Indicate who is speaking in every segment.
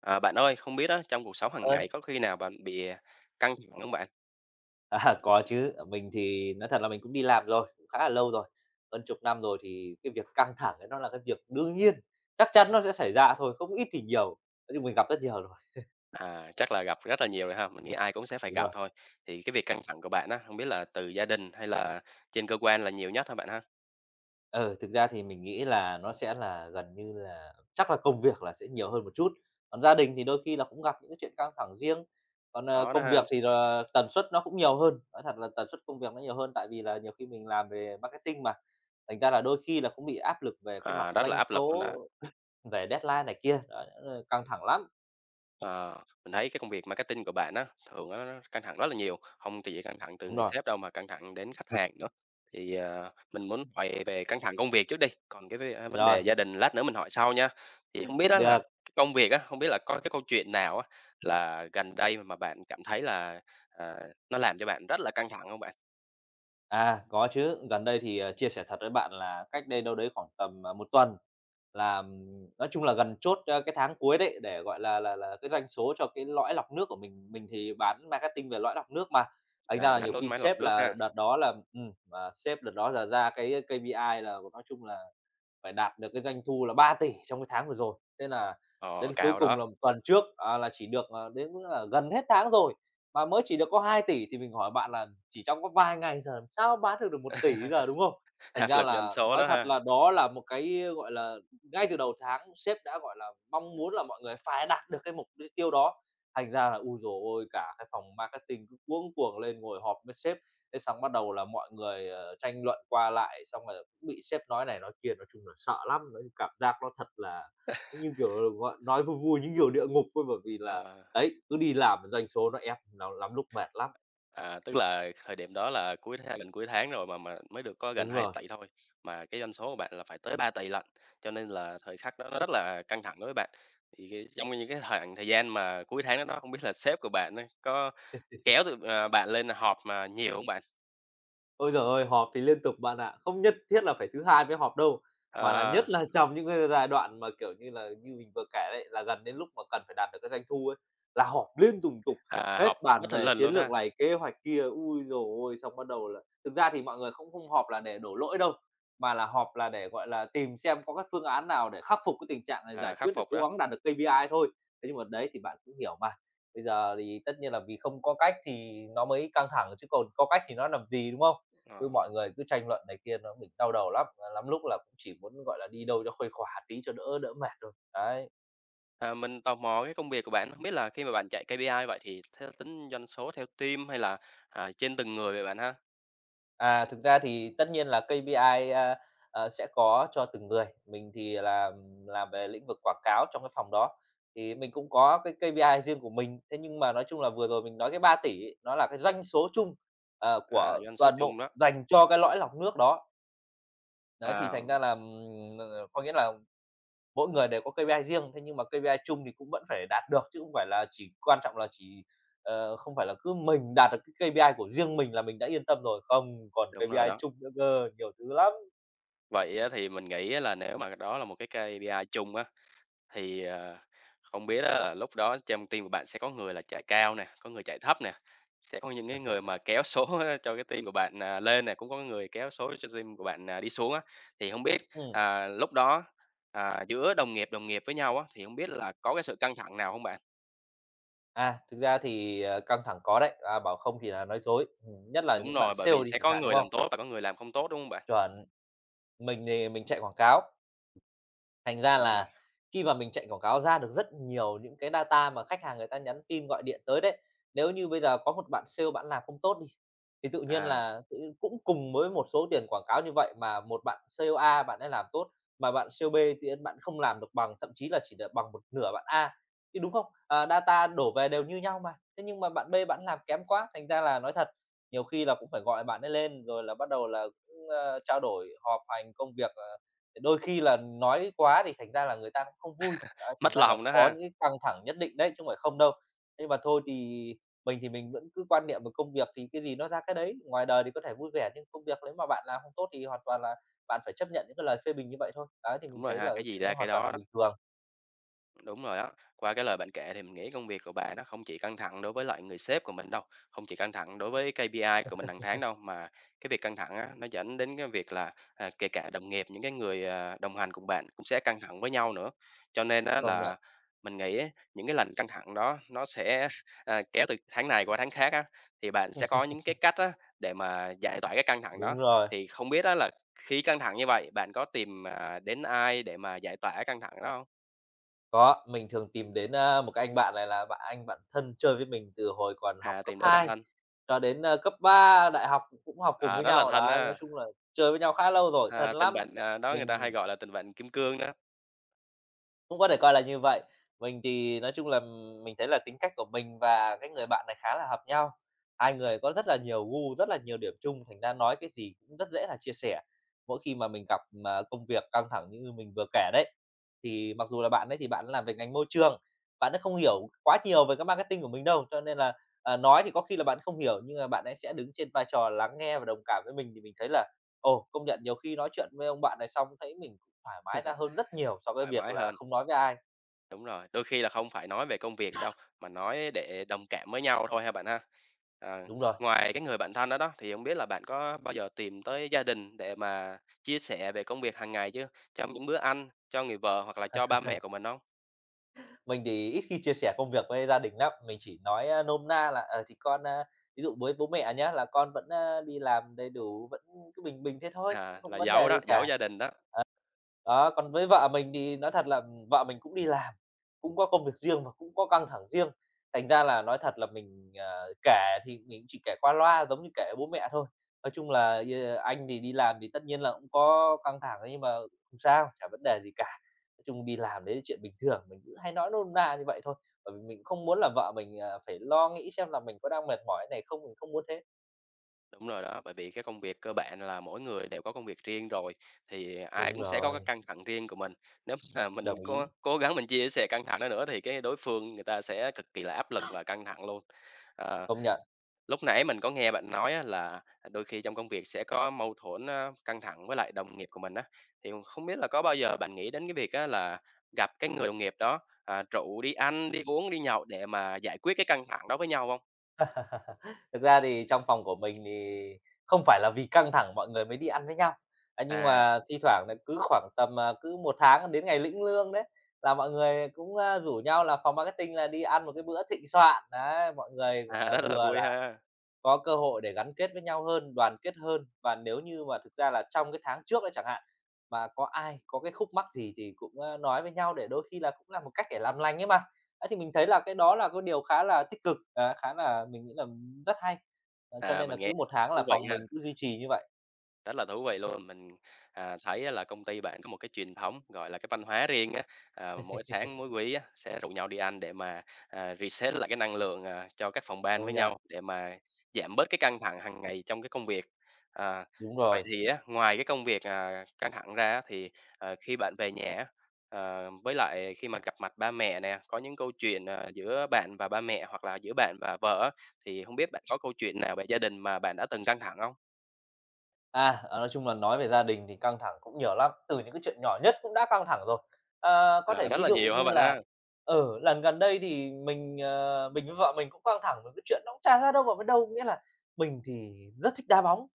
Speaker 1: À, bạn ơi, không biết á, trong cuộc sống hàng
Speaker 2: Ơi,
Speaker 1: ngày có khi nào bạn bị căng thẳng không bạn?
Speaker 2: à, có chứ, mình thì nói thật là mình cũng đi làm rồi, cũng khá là lâu rồi, hơn chục năm rồi thì cái việc căng thẳng ấy nó là cái việc đương nhiên, chắc chắn nó sẽ xảy ra thôi, không ít thì nhiều, nói chung mình gặp rất nhiều rồi.
Speaker 1: À, chắc là gặp rất là nhiều rồi ha, mình nghĩ ai cũng sẽ phải
Speaker 2: Đúng
Speaker 1: gặp
Speaker 2: rồi.
Speaker 1: thôi. Thì cái việc căng thẳng của bạn á, không biết là từ gia đình hay là trên cơ quan là nhiều nhất hả bạn ha?
Speaker 2: Ừ, thực ra thì mình nghĩ là nó sẽ là gần như là chắc là công việc là sẽ nhiều hơn một chút, còn gia đình thì đôi khi là cũng gặp những cái chuyện căng thẳng riêng, còn,
Speaker 1: Có đó
Speaker 2: công
Speaker 1: ha,
Speaker 2: việc thì là tần suất nó cũng nhiều hơn, nói thật là tần suất công việc nó nhiều hơn tại vì là nhiều khi mình làm về marketing mà, thành ra là đôi khi là cũng bị áp lực về cái mặt
Speaker 1: à, rất là
Speaker 2: doanh
Speaker 1: áp lực luôn đó.
Speaker 2: số. Về deadline này kia, đó, căng thẳng lắm.
Speaker 1: Ờ, mình thấy cái công việc marketing của bạn á, thường á nó căng thẳng rất là nhiều, không thì chỉ căng thẳng từ
Speaker 2: Đúng
Speaker 1: người
Speaker 2: rồi.
Speaker 1: sếp đâu mà căng thẳng đến khách hàng nữa. Thì, ờ, mình muốn hỏi về căng thẳng công việc trước đi, còn cái vấn
Speaker 2: Rồi,
Speaker 1: đề gia đình lát nữa mình hỏi sau nha. Thì không biết đó là
Speaker 2: được,
Speaker 1: cái công việc á, không biết là có cái câu chuyện nào á là gần đây mà bạn cảm thấy là, à, nó làm cho bạn rất là căng thẳng không bạn?
Speaker 2: à, có chứ, gần đây thì, chia sẻ thật với bạn là cách đây đâu đấy khoảng tầm, 1 tuần là, nói chung là gần chốt, cái tháng cuối đấy để, gọi là, cái doanh số cho cái lõi lọc nước của mình. Mình thì bán marketing về lõi lọc nước mà, thành
Speaker 1: À,
Speaker 2: ra là
Speaker 1: bạn
Speaker 2: nhiều
Speaker 1: tốn
Speaker 2: khi
Speaker 1: máy lọc
Speaker 2: sếp
Speaker 1: nước
Speaker 2: là
Speaker 1: ha,
Speaker 2: đợt đó là mà sếp đợt đó là ra cái KPI là nói chung là phải đạt được cái doanh thu là 3 tỷ trong cái tháng vừa rồi. Thế là
Speaker 1: ờ,
Speaker 2: đến cuối
Speaker 1: cao đó,
Speaker 2: cùng là một tuần trước, à, là chỉ được, đến mức là gần hết tháng rồi, mà mới chỉ được có 2 tỷ thì mình hỏi bạn là chỉ trong có vài ngày giờ làm sao bán được được 1 tỷ 000 giờ, đúng không? Thành
Speaker 1: áp
Speaker 2: ra
Speaker 1: lực doanh
Speaker 2: là
Speaker 1: số
Speaker 2: nói
Speaker 1: đó
Speaker 2: thật
Speaker 1: ha.
Speaker 2: là đó là một cái, gọi là, ngay từ đầu tháng sếp đã, gọi là, mong muốn là mọi người phải đạt được cái mục tiêu đó. Thành ra là, u giời ôi, cả cái phòng marketing cứ cuống cuồng lên ngồi họp với sếp. Thế xong bắt đầu là mọi người, tranh luận qua lại, xong rồi cũng bị sếp nói này nói kia, nói chung là sợ lắm, nói chung cảm giác nó thật là như kiểu là, gọi nói vui vui như kiểu địa ngục thôi, bởi vì là,
Speaker 1: Ờ.
Speaker 2: đấy, cứ đi làm doanh số nó ép, nó lắm lúc mệt lắm.
Speaker 1: À, tức là thời điểm đó là cuối tháng gần cuối tháng rồi mà mới được có gần
Speaker 2: Đúng
Speaker 1: hai
Speaker 2: rồi.
Speaker 1: tỷ thôi, mà cái doanh số của bạn là phải tới ba tỷ 000 lận, cho nên là thời khắc đó nó rất là căng thẳng đối với bạn. Thì cái trong những cái khoảng thời gian mà cuối tháng đó đó, không biết là sếp của bạn ấy có kéo tụi, ờ, bạn lên họp mà nhiều không bạn?
Speaker 2: Ôi giời ơi, họp thì liên tục bạn ạ. Không nhất thiết là phải thứ Hai mới họp đâu, mà là
Speaker 1: Ờ,
Speaker 2: nhất là trong những cái giai đoạn mà, kiểu như là, như mình vừa kể đấy, là gần đến lúc mà cần phải đạt được cái doanh thu ấy, là họp liên tùng tục,
Speaker 1: à, họp
Speaker 2: hết bàn
Speaker 1: bất thình
Speaker 2: về
Speaker 1: lình
Speaker 2: chiến
Speaker 1: luôn
Speaker 2: lược
Speaker 1: ha,
Speaker 2: này, kế hoạch kia. Ui rồi ôi! Xong bắt đầu là thực ra thì mọi người không không họp là để đổ lỗi đâu, mà là họp là để, gọi là, tìm xem có các phương án nào để khắc phục cái tình trạng này,
Speaker 1: à,
Speaker 2: giải
Speaker 1: khắc
Speaker 2: quyết để
Speaker 1: phục
Speaker 2: cố
Speaker 1: đó.
Speaker 2: gắng đạt được KPI thôi. Thế nhưng mà đấy, thì bạn cũng hiểu mà, bây giờ thì tất nhiên là vì không có cách thì nó mới căng thẳng, chứ còn có cách thì nó làm gì, đúng không? Cứ
Speaker 1: Ờ,
Speaker 2: mọi người cứ tranh luận này kia nó mình đau đầu lắm, à, lắm lúc là cũng chỉ muốn, gọi là, đi đâu cho khuây khỏa tí cho đỡ đỡ mệt thôi. Đấy,
Speaker 1: à, mình tò mò cái công việc của bạn, không biết là khi mà bạn chạy KPI vậy thì theo tính doanh số theo team hay là, à, trên từng người vậy bạn ha?
Speaker 2: à, thực ra thì tất nhiên là KPI, sẽ có cho từng người, mình thì là làm về lĩnh vực quảng cáo trong cái phòng đó, thì mình cũng có cái KPI riêng của mình. Thế nhưng mà nói chung là vừa rồi mình nói cái 3 tỷ ấy, nó là cái doanh số chung,
Speaker 1: À,
Speaker 2: của
Speaker 1: doanh số
Speaker 2: toàn
Speaker 1: chung
Speaker 2: bộ
Speaker 1: đó.
Speaker 2: dành cho cái lõi lọc nước đó. Đấy, thì
Speaker 1: À.
Speaker 2: thành ra là, có nghĩa là mỗi người đều có KPI riêng, thế nhưng mà KPI chung thì cũng vẫn phải đạt được, chứ không phải là chỉ quan trọng là chỉ không phải là cứ mình đạt được cái KPI của riêng mình là mình đã yên tâm rồi, không, còn
Speaker 1: Đúng rồi
Speaker 2: KPI
Speaker 1: đó.
Speaker 2: chung nữa cơ, nhiều thứ lắm.
Speaker 1: Vậy á thì mình nghĩ á là nếu mà đó là một cái KPI chung á, thì, ờ, không biết á là lúc đó trong team của bạn sẽ có người là chạy cao nè, có người chạy thấp nè, sẽ có những cái người mà kéo số cho cái team của bạn, à, lên nè, cũng có người kéo số cho team của bạn, à, đi xuống á. Thì không biết,
Speaker 2: Ừm.
Speaker 1: à, lúc đó, à, giữa đồng nghiệp với nhau á, thì không biết là có cái sự căng thẳng nào không bạn?
Speaker 2: À, thực ra thì, căng thẳng có đấy, à, bảo không thì là nói dối, nhất là
Speaker 1: Đúng
Speaker 2: những bạn
Speaker 1: rồi, bởi
Speaker 2: sale
Speaker 1: vì
Speaker 2: đi
Speaker 1: sẽ
Speaker 2: chẳng
Speaker 1: có
Speaker 2: hạn, đúng
Speaker 1: người làm
Speaker 2: không?
Speaker 1: tốt và có người làm không tốt, đúng không bạn?
Speaker 2: Chuẩn, mình thì mình chạy quảng cáo. Thành ra
Speaker 1: Đúng rồi,
Speaker 2: là khi mà mình chạy quảng cáo ra được rất nhiều những cái data mà khách hàng người ta nhắn tin, gọi điện tới đấy. Nếu như bây giờ có một bạn sale bạn làm không tốt đi, thì tự nhiên
Speaker 1: à,
Speaker 2: là tự nhiên cũng cùng với một số tiền quảng cáo như vậy mà một bạn sale A bạn ấy làm tốt, mà bạn sale B thì bạn không làm được bằng, thậm chí là chỉ được bằng một nửa bạn A, thì đúng không? À, data đổ về đều như nhau mà. Thế nhưng mà bạn B bạn làm kém quá, thành ra là nói thật, nhiều khi là cũng phải gọi bạn ấy lên rồi là bắt đầu là cũng, trao đổi, họp hành công việc, Đôi khi là nói quá thì thành ra là người ta cũng không vui, đấy, thành
Speaker 1: mất
Speaker 2: ra là
Speaker 1: lòng đó
Speaker 2: có
Speaker 1: ha.
Speaker 2: những cái căng thẳng nhất định đấy, chứ không phải không đâu. Nhưng mà thôi thì mình vẫn cứ quan niệm về công việc thì cái gì nó ra cái đấy, ngoài đời thì có thể vui vẻ, nhưng công việc nếu mà bạn làm không tốt thì hoàn toàn là bạn phải chấp nhận những cái lời phê bình như vậy thôi. Đấy, thì
Speaker 1: Đúng
Speaker 2: mình
Speaker 1: rồi
Speaker 2: thấy
Speaker 1: ha,
Speaker 2: là
Speaker 1: cái gì
Speaker 2: chuyện
Speaker 1: ra
Speaker 2: đấy
Speaker 1: cái
Speaker 2: hoàn toàn
Speaker 1: đó
Speaker 2: là
Speaker 1: đó.
Speaker 2: bình thường,
Speaker 1: Đúng rồi á. Qua cái lời bạn kể thì mình nghĩ công việc của bạn nó không chỉ căng thẳng đối với lại người sếp của mình đâu, không chỉ căng thẳng đối với KPI của mình hàng tháng đâu, mà cái việc căng thẳng á, nó dẫn đến cái việc là à, kể cả đồng nghiệp những cái người à, đồng hành cùng bạn cũng sẽ căng thẳng với nhau nữa. Cho nên á
Speaker 2: công
Speaker 1: là
Speaker 2: nhận.
Speaker 1: mình nghĩ á, những cái lần căng thẳng đó nó sẽ à, kéo từ tháng này qua tháng khác á, thì bạn sẽ có những cái cách á, để mà giải tỏa cái căng thẳng đó.
Speaker 2: Đúng rồi,
Speaker 1: Thì không biết á là khi căng thẳng như vậy bạn có tìm à, đến ai để mà giải tỏa căng thẳng đó không?
Speaker 2: có, mình thường tìm đến, một cái anh bạn này là bạn anh bạn thân chơi với mình từ hồi còn học
Speaker 1: À,
Speaker 2: cấp
Speaker 1: tìm để bạn
Speaker 2: 2.
Speaker 1: thân,
Speaker 2: Cho đến, cấp 3 đại học cũng học cùng
Speaker 1: à,
Speaker 2: với
Speaker 1: rất là
Speaker 2: nhau,
Speaker 1: thân
Speaker 2: đó nói
Speaker 1: ha.
Speaker 2: chung là chơi với nhau khá lâu rồi, thân
Speaker 1: À, tình
Speaker 2: lắm.
Speaker 1: bạn, à, đó người ta hay
Speaker 2: Mình
Speaker 1: gọi là tình bạn kim cương đó,
Speaker 2: cũng có thể coi là như vậy. Mình thì nói chung là mình thấy là tính cách của mình và cái người bạn này khá là hợp nhau. Hai người có rất là nhiều gu, rất là nhiều điểm chung, thành ra nói cái gì cũng rất dễ là chia sẻ. Mỗi khi mà mình gặp mà công việc căng thẳng như mình vừa kể đấy, thì mặc dù là bạn ấy thì bạn ấy làm về ngành môi trường, bạn ấy không hiểu quá nhiều về cái marketing của mình đâu, cho nên là, nói thì có khi là bạn không hiểu, nhưng mà bạn ấy sẽ đứng trên vai trò lắng nghe và đồng cảm với mình, thì mình thấy là Ồ, công nhận nhiều khi nói chuyện với ông bạn này xong thấy mình cũng thoải mái ra hơn rất nhiều so với
Speaker 1: thoải
Speaker 2: việc
Speaker 1: mái
Speaker 2: là
Speaker 1: hơn,
Speaker 2: không nói với ai.
Speaker 1: đúng rồi. Đôi khi là không phải nói về công việc đâu, mà nói để đồng cảm với nhau thôi ha bạn ha. Ờ,
Speaker 2: Đúng rồi,
Speaker 1: ngoài cái người bạn thân đó đó, thì không biết là bạn có bao giờ tìm tới gia đình để mà chia sẻ về công việc hàng ngày chưa? Trong những bữa ăn, cho người vợ hoặc là cho ba mẹ của mình không?
Speaker 2: mình thì ít khi chia sẻ công việc với gia đình lắm, mình chỉ nói, nôm na là, thì con, ví dụ với bố mẹ nhá, là con vẫn, đi làm đầy đủ, vẫn cứ bình bình thế thôi,
Speaker 1: À, là
Speaker 2: không vấn
Speaker 1: giấu
Speaker 2: đề gì
Speaker 1: đó, giấu
Speaker 2: cả.
Speaker 1: gia đình đó.
Speaker 2: Đó, còn với vợ mình thì nói thật là vợ mình cũng đi làm, cũng có công việc riêng và cũng có căng thẳng riêng, thành ra là nói thật là mình, kể thì mình cũng chỉ kể qua loa giống như kể bố mẹ thôi. Nói chung là, anh thì đi làm thì tất nhiên là cũng có căng thẳng ấy, nhưng mà không sao, chả vấn đề gì cả. Nói chung đi làm đấy là chuyện bình thường, mình cứ hay nói nôm na như vậy thôi, bởi vì mình không muốn là vợ mình, phải lo nghĩ xem là mình có đang mệt mỏi này không, mình không muốn thế.
Speaker 1: Đúng rồi đó, bởi vì cái công việc cơ bản là mỗi người đều có công việc riêng rồi, thì ai
Speaker 2: Đúng
Speaker 1: cũng sẽ có cái
Speaker 2: rồi,
Speaker 1: căng thẳng riêng của mình. Nếu mà mình
Speaker 2: đồng
Speaker 1: có
Speaker 2: ý,
Speaker 1: cố gắng mình chia sẻ căng thẳng đó nữa thì cái đối phương người ta sẽ cực kỳ là áp lực và căng thẳng luôn. Ờ,
Speaker 2: công nhận.
Speaker 1: lúc nãy mình có nghe bạn nói á là đôi khi trong công việc sẽ có mâu thuẫn, a, căng thẳng với lại đồng nghiệp của mình á, thì không biết là có bao giờ bạn nghĩ đến cái việc á là gặp cái người đồng nghiệp đó, à, rủ đi ăn, đi uống, đi nhậu để mà giải quyết cái căng thẳng đó với nhau không?
Speaker 2: Thực ra thì trong phòng của mình thì không phải là vì căng thẳng mọi người mới đi ăn với nhau, à, nhưng
Speaker 1: À,
Speaker 2: mà thi thoảng là cứ khoảng tầm, à, cứ một tháng đến ngày lĩnh lương đấy, là mọi người cũng, rủ nhau là phòng marketing là đi ăn một cái bữa thịnh soạn. Đấy, mọi người, gọi
Speaker 1: à,
Speaker 2: là,
Speaker 1: rất là
Speaker 2: vừa
Speaker 1: vui
Speaker 2: là
Speaker 1: ha.
Speaker 2: có cơ hội để gắn kết với nhau hơn, đoàn kết hơn. Và nếu như mà thực ra là trong cái tháng trước đấy chẳng hạn, mà có ai có cái khúc mắc gì thì cũng, nói với nhau để đôi khi là cũng là một cách để làm lành ấy mà. Ấy, thì mình thấy là cái đó là cái điều khá là tích cực, khá là mình nghĩ là rất hay. Cho
Speaker 1: À,
Speaker 2: nên
Speaker 1: mình
Speaker 2: là
Speaker 1: nghe
Speaker 2: cứ một
Speaker 1: rất là
Speaker 2: tháng
Speaker 1: thú
Speaker 2: là
Speaker 1: vị
Speaker 2: phòng
Speaker 1: ha.
Speaker 2: mình cứ duy trì như vậy.
Speaker 1: Rất là thú vị luôn. Mình, à, thấy á là công ty bạn có một cái truyền thống, gọi là, cái văn hóa riêng á, à, mỗi tháng, mỗi quý á, sẽ rủ nhau đi ăn để mà, à, reset lại cái năng lượng, à, cho các phòng ban với
Speaker 2: Công nhận,
Speaker 1: nhau, để mà giảm bớt cái căng thẳng hàng ngày trong cái công việc. À,
Speaker 2: đúng
Speaker 1: vậy
Speaker 2: rồi.
Speaker 1: thì á, ngoài cái công việc, à, căng thẳng ra á, thì, ờ, khi bạn về nhà á, ờ, với lại khi mà gặp mặt ba mẹ nè, có những câu chuyện, ờ, giữa bạn và ba mẹ hoặc là giữa bạn và vợ á, thì không biết bạn có câu chuyện nào về gia đình mà bạn đã từng căng thẳng không?
Speaker 2: Nói chung là nói về gia đình thì căng thẳng cũng nhiều lắm, từ những cái chuyện nhỏ nhất cũng đã căng thẳng rồi. Có
Speaker 1: À,
Speaker 2: thể
Speaker 1: rất
Speaker 2: ví
Speaker 1: là
Speaker 2: dụ
Speaker 1: nhiều ha
Speaker 2: như
Speaker 1: bạn
Speaker 2: là,
Speaker 1: ha.
Speaker 2: ở lần gần đây thì mình với vợ mình cũng căng thẳng với cái chuyện nó cũng chả ra đâu vào với đâu, nghĩa là mình thì rất thích đá bóng,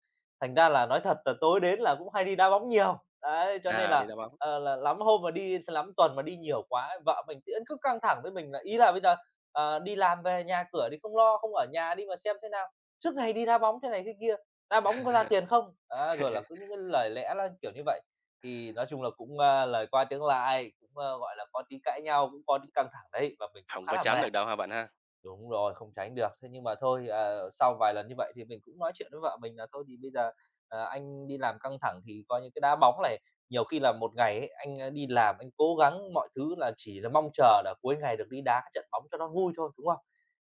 Speaker 2: thành ra là nói thật là tối đến là cũng hay đi đá bóng nhiều. Đấy, cho nên
Speaker 1: À, đi
Speaker 2: là,
Speaker 1: đá bóng.
Speaker 2: là lắm hôm mà đi lắm tuần mà đi nhiều quá, ấy, vợ mình thì vẫn cứ căng thẳng với mình là ý là bây giờ, đi làm về nhà cửa thì không lo, không ở nhà đi mà xem thế nào, suốt ngày đi đá bóng thế này thế kia. "Đá bóng có ra tiền không?" Á, rồi là cứ những cái lời lẽ nó kiểu như vậy. Thì nói chung là cũng lời qua tiếng lại, cũng gọi là, có tí cãi nhau, cũng có tí căng thẳng đấy, và mình cũng
Speaker 1: không
Speaker 2: khá
Speaker 1: có
Speaker 2: là
Speaker 1: tránh
Speaker 2: mệt.
Speaker 1: được đâu ha bạn ha?
Speaker 2: Đúng rồi, không tránh được. Thế nhưng mà thôi, sau vài lần như vậy thì mình cũng nói chuyện với vợ mình là "Thôi thì bây giờ, ờ, anh đi làm căng thẳng thì coi như cái đá bóng này, nhiều khi là một ngày ấy, anh đi làm anh cố gắng mọi thứ là chỉ là mong chờ là cuối ngày được đi đá cái trận bóng cho nó vui thôi, đúng không?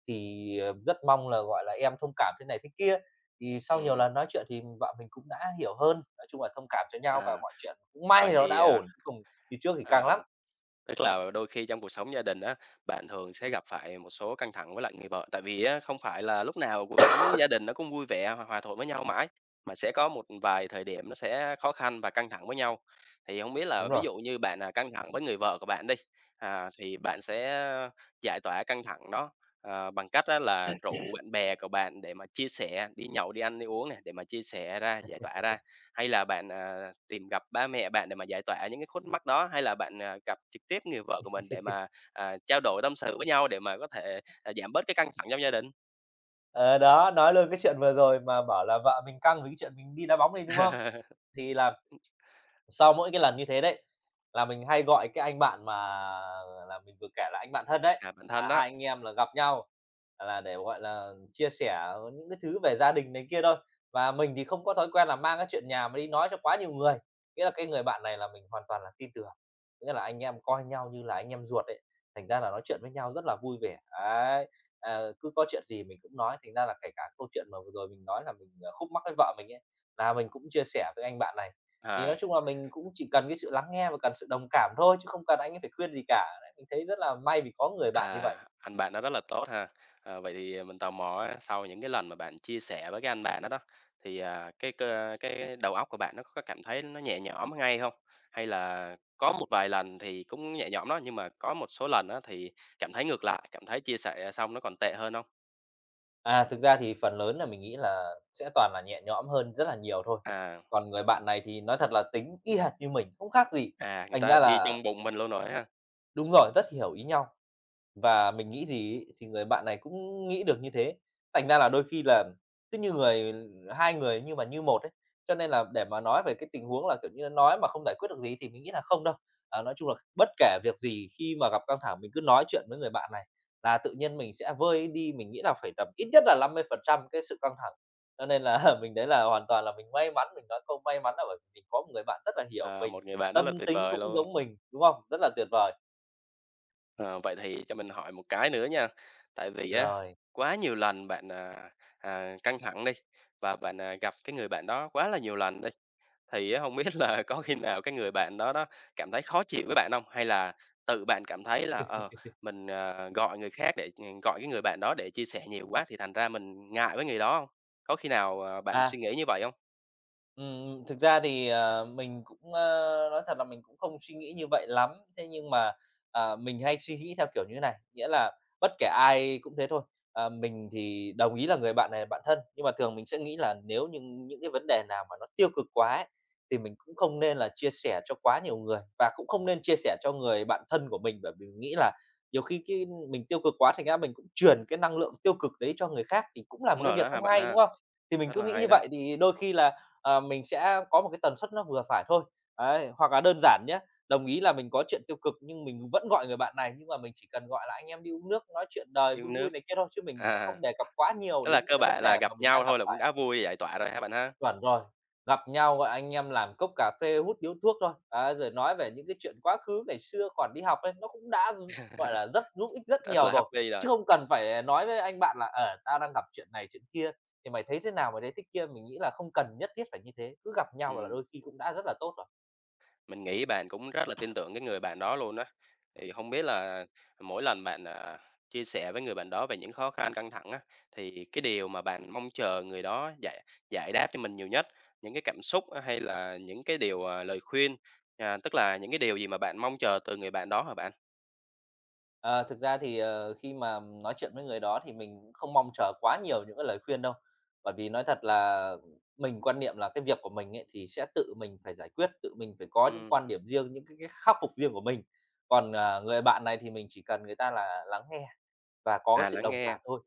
Speaker 2: Thì, ờ, rất mong là, gọi là, em thông cảm thế này thế kia." Thì sau nhiều
Speaker 1: Ừm,
Speaker 2: lần nói chuyện thì vợ mình cũng đã hiểu hơn, nói chung là thông cảm cho nhau và
Speaker 1: à,
Speaker 2: mọi chuyện cũng may
Speaker 1: vậy
Speaker 2: nó
Speaker 1: thì,
Speaker 2: đã
Speaker 1: à,
Speaker 2: ổn, chứ còn như trước thì căng
Speaker 1: à
Speaker 2: lắm.
Speaker 1: Tức là đôi khi trong cuộc sống gia đình á, bạn thường sẽ gặp phải một số căng thẳng với lại người vợ. Tại vì á, không phải là lúc nào cuộc sống gia đình nó cũng vui vẻ, hòa hòa thuận với nhau mãi, mà sẽ có một vài thời điểm nó sẽ khó khăn và căng thẳng với nhau. Thì không biết là
Speaker 2: Đúng
Speaker 1: ví
Speaker 2: rồi.
Speaker 1: dụ như bạn, là căng thẳng với người vợ của bạn đi, à, thì bạn sẽ giải tỏa căng thẳng đó, ờ, bằng cách á là rủ bạn bè của bạn để mà chia sẻ, đi nhậu, đi ăn, đi uống này để mà chia sẻ ra, giải tỏa ra. Hay là bạn, à, tìm gặp ba mẹ bạn để mà giải tỏa những cái khúc mắc đó? Hay là bạn, à, gặp trực tiếp người vợ của mình để mà, à, trao đổi tâm sự với nhau để mà có thể, à, giảm bớt cái căng thẳng trong gia đình?
Speaker 2: Ờ, đó, nói luôn cái chuyện vừa rồi mà bảo là vợ mình căng vì cái chuyện mình đi đá bóng đi, đúng không? Thì là sau mỗi cái lần như thế đấy, là mình hay gọi cái anh bạn mà là mình vừa kể là anh bạn thân đấy,
Speaker 1: À, bạn thân
Speaker 2: là
Speaker 1: đó,
Speaker 2: hai anh em là gặp nhau là để, gọi là, chia sẻ những cái thứ về gia đình này kia thôi. Và mình thì không có thói quen là mang cái chuyện nhà mà đi nói cho quá nhiều người, nghĩa là cái người bạn này là mình hoàn toàn là tin tưởng, nghĩa là anh em coi nhau như là anh em ruột ấy, thành ra là nói chuyện với nhau rất là vui vẻ. Đấy, ờ, cứ có chuyện gì mình cũng nói, thành ra là kể cả câu chuyện mà vừa rồi mình nói là mình khúc mắc với vợ mình ấy, là mình cũng chia sẻ với anh bạn này. Thì
Speaker 1: ờ.
Speaker 2: nói chung là mình cũng chỉ cần cái sự lắng nghe và cần sự đồng cảm thôi, chứ không cần anh ấy phải khuyên gì cả. Đấy, mình thấy rất là may vì có người bạn như
Speaker 1: À,
Speaker 2: vậy.
Speaker 1: anh bạn đó rất là tốt ha. À, vậy thì à, mình tò mò á, sau những cái lần mà bạn chia sẻ với cái anh bạn đó đó, thì à, cái đầu óc của bạn nó có cảm thấy nó nhẹ nhõm ngay không? Hay là có một vài lần thì cũng nhẹ nhõm đó, nhưng mà có một số lần đó thì cảm thấy ngược lại, cảm thấy chia sẻ xong nó còn tệ hơn không?
Speaker 2: À, thực ra thì phần lớn là mình nghĩ là sẽ toàn là nhẹ nhõm hơn rất là nhiều thôi.
Speaker 1: À,
Speaker 2: Còn người bạn này thì nói thật là tính y hệt như mình, không khác gì,
Speaker 1: à, người
Speaker 2: thành
Speaker 1: ta
Speaker 2: ra
Speaker 1: đi
Speaker 2: là
Speaker 1: trong bụng mình luôn rồi ha.
Speaker 2: đúng rồi, rất hiểu ý nhau. Và mình nghĩ gì ấy, thì người bạn này cũng nghĩ được như thế. Thành ra là đôi khi là cứ như hai người nhưng mà như một ấy, cho nên là để mà nói về cái tình huống là, kiểu như, nói mà không giải quyết được gì thì mình nghĩ là không đâu. À, nói chung là bất kể việc gì khi mà gặp căng thẳng mình cứ nói chuyện với người bạn này là tự nhiên mình sẽ vơi đi, mình nghĩ là phải tầm ít nhất là 50% cái sự căng thẳng. Cho nên là mình đấy là hoàn toàn là mình may mắn, mình nói câu may mắn là bởi vì mình có một người bạn rất là hiểu
Speaker 1: À,
Speaker 2: mình,
Speaker 1: một người bạn rất là
Speaker 2: tâm
Speaker 1: tuyệt
Speaker 2: tính
Speaker 1: vời
Speaker 2: cũng
Speaker 1: luôn.
Speaker 2: giống mình, đúng không? Rất là tuyệt vời.
Speaker 1: Ờ, vậy thì cho mình hỏi một cái nữa nha. Tại vì á,
Speaker 2: Rồi,
Speaker 1: quá nhiều lần bạn, căng thẳng đi, và bạn, à, gặp cái người bạn đó quá là nhiều lần đi, thì á hông biết là có khi nào cái người bạn đó đó cảm thấy khó chịu với bạn không? Hay là tự bạn cảm thấy là, ờ, mình, à, gọi người khác để ừ, gọi cái người bạn đó để chia sẻ nhiều quá thì thành ra mình ngại với người đó không? Có khi nào, à, bạn
Speaker 2: à
Speaker 1: suy nghĩ như vậy không?
Speaker 2: Thực ra thì, mình cũng nói thật là mình cũng không suy nghĩ như vậy lắm. Thế nhưng mà, mình hay suy nghĩ theo kiểu như này, nghĩa là bất kể ai cũng thế thôi. Ờ, mình thì đồng ý là người bạn này là bạn thân, nhưng mà thường mình sẽ nghĩ là nếu như những cái vấn đề nào mà nó tiêu cực quá ấy, thì mình cũng không nên là chia sẻ cho quá nhiều người và cũng không nên chia sẻ cho người bạn thân của mình, bởi vì mình nghĩ là nhiều khi cái mình tiêu cực quá thành ra mình cũng truyền cái năng lượng tiêu cực đấy cho người khác thì cũng là
Speaker 1: Đúng
Speaker 2: một cái
Speaker 1: rồi
Speaker 2: việc
Speaker 1: đó ha
Speaker 2: không
Speaker 1: bạn
Speaker 2: hay,
Speaker 1: ha,
Speaker 2: đúng không? Thì mình
Speaker 1: rất
Speaker 2: cứ
Speaker 1: là
Speaker 2: nghĩ
Speaker 1: hay
Speaker 2: như
Speaker 1: đó,
Speaker 2: vậy thì đôi khi là mình sẽ có một cái tần suất nó vừa phải thôi. Đấy, hoặc là đơn giản nhé đồng ý là mình có chuyện tiêu cực nhưng mình vẫn gọi người bạn này, nhưng mà mình chỉ cần gọi là anh em đi uống nước, nói chuyện đời
Speaker 1: yêu
Speaker 2: vui vui
Speaker 1: nước.
Speaker 2: này kia thôi, chứ mình sẽ
Speaker 1: À,
Speaker 2: không đề cập quá nhiều
Speaker 1: tức là
Speaker 2: đến những
Speaker 1: cơ
Speaker 2: cái vấn
Speaker 1: bản là
Speaker 2: đề
Speaker 1: gặp
Speaker 2: mà mình
Speaker 1: nhau
Speaker 2: đang gặp
Speaker 1: thôi là cũng
Speaker 2: phải.
Speaker 1: đã vui giải tỏa rồi ha bạn ha?
Speaker 2: Chuẩn rồi, gặp nhau, gọi anh em làm cốc cà phê, hút điếu thuốc thôi, đấy, rồi nói về những cái chuyện quá khứ ngày xưa còn đi học ấy, nó cũng đã gi gọi là, rất giúp ích rất
Speaker 1: Rất
Speaker 2: nhiều
Speaker 1: là
Speaker 2: rồi,
Speaker 1: happy rồi.
Speaker 2: chứ không cần phải, nói với anh bạn là ở tao đang gặp chuyện này chuyện kia, thì mày thấy thế nào, mày thấy thích kia." Mình nghĩ là không cần nhất thiết phải như thế, cứ gặp nhau là
Speaker 1: Ừm,
Speaker 2: đôi khi cũng đã rất là tốt rồi.
Speaker 1: mình nghĩ bạn cũng rất là tin tưởng cái người bạn đó luôn á. Thì không biết là mỗi lần bạn, à, chia sẻ với người bạn đó về những khó khăn, căng thẳng á, thì cái điều mà bạn mong chờ người đó giải giải đáp cho mình nhiều nhất, những cái cảm xúc á, hay là những cái điều, à, lời khuyên, à, tức là những cái điều gì mà bạn mong chờ từ người bạn đó hả bạn?
Speaker 2: Ờ, thực ra thì, khi mà nói chuyện với người đó thì mình cũng không mong chờ quá nhiều những cái lời khuyên đâu. Bởi vì nói thật là mình quan niệm là cái việc của mình ấy thì sẽ tự mình phải giải quyết, tự mình phải có những
Speaker 1: Ừm,
Speaker 2: quan điểm riêng, những cái khắc phục riêng của mình. Còn, người bạn này thì mình chỉ cần người ta là lắng nghe và có cái
Speaker 1: à,
Speaker 2: sự
Speaker 1: lắng
Speaker 2: đồng
Speaker 1: nghe,
Speaker 2: cảm thôi,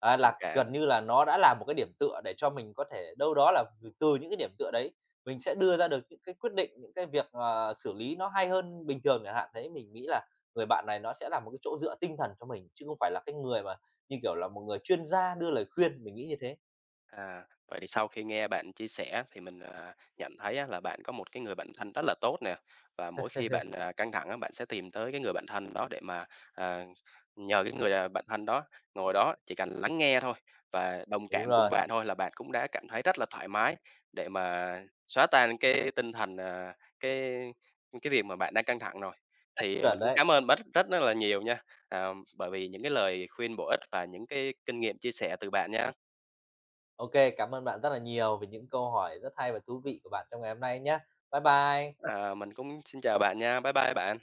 Speaker 1: đồng
Speaker 2: là
Speaker 1: cảm.
Speaker 2: gần như là nó đã là một cái điểm tựa để cho mình có thể đâu đó là từ từ những cái điểm tựa đấy, mình sẽ đưa ra được những cái quyết định, những cái việc, xử lý nó hay hơn bình thường chẳng hạn. Thế mình nghĩ là người bạn này nó sẽ là một cái chỗ dựa tinh thần cho mình, chứ không phải là cái người mà, như kiểu là, một người chuyên gia đưa lời khuyên, mình nghĩ như thế.
Speaker 1: À, vậy thì sau khi nghe bạn chia sẻ thì mình, à, nhận thấy á là bạn có một cái người bạn thân rất là tốt nè, và mỗi khi bạn, à, căng thẳng á, bạn sẽ tìm tới cái người bạn thân đó để mà, à, nhờ cái người, à, bạn thân đó ngồi đó chỉ cần lắng nghe thôi và đồng
Speaker 2: Đúng
Speaker 1: cảm cùng
Speaker 2: rồi,
Speaker 1: bạn thôi là bạn cũng đã cảm thấy rất là thoải mái để mà xóa tan cái tinh thần, à, cái cái việc mà bạn đang căng thẳng rồi. Thì
Speaker 2: chuẩn
Speaker 1: mình cũng
Speaker 2: đấy.
Speaker 1: cảm ơn bạn rất rất là nhiều nha, à, bởi vì những cái lời khuyên bổ ích và những cái kinh nghiệm chia sẻ từ bạn nha.
Speaker 2: OK, cảm ơn bạn rất là nhiều về những câu hỏi rất hay và thú vị của bạn trong ngày hôm nay nhé. Bye bye.
Speaker 1: À, mình cũng xin chào bạn nha. Bye bye bạn.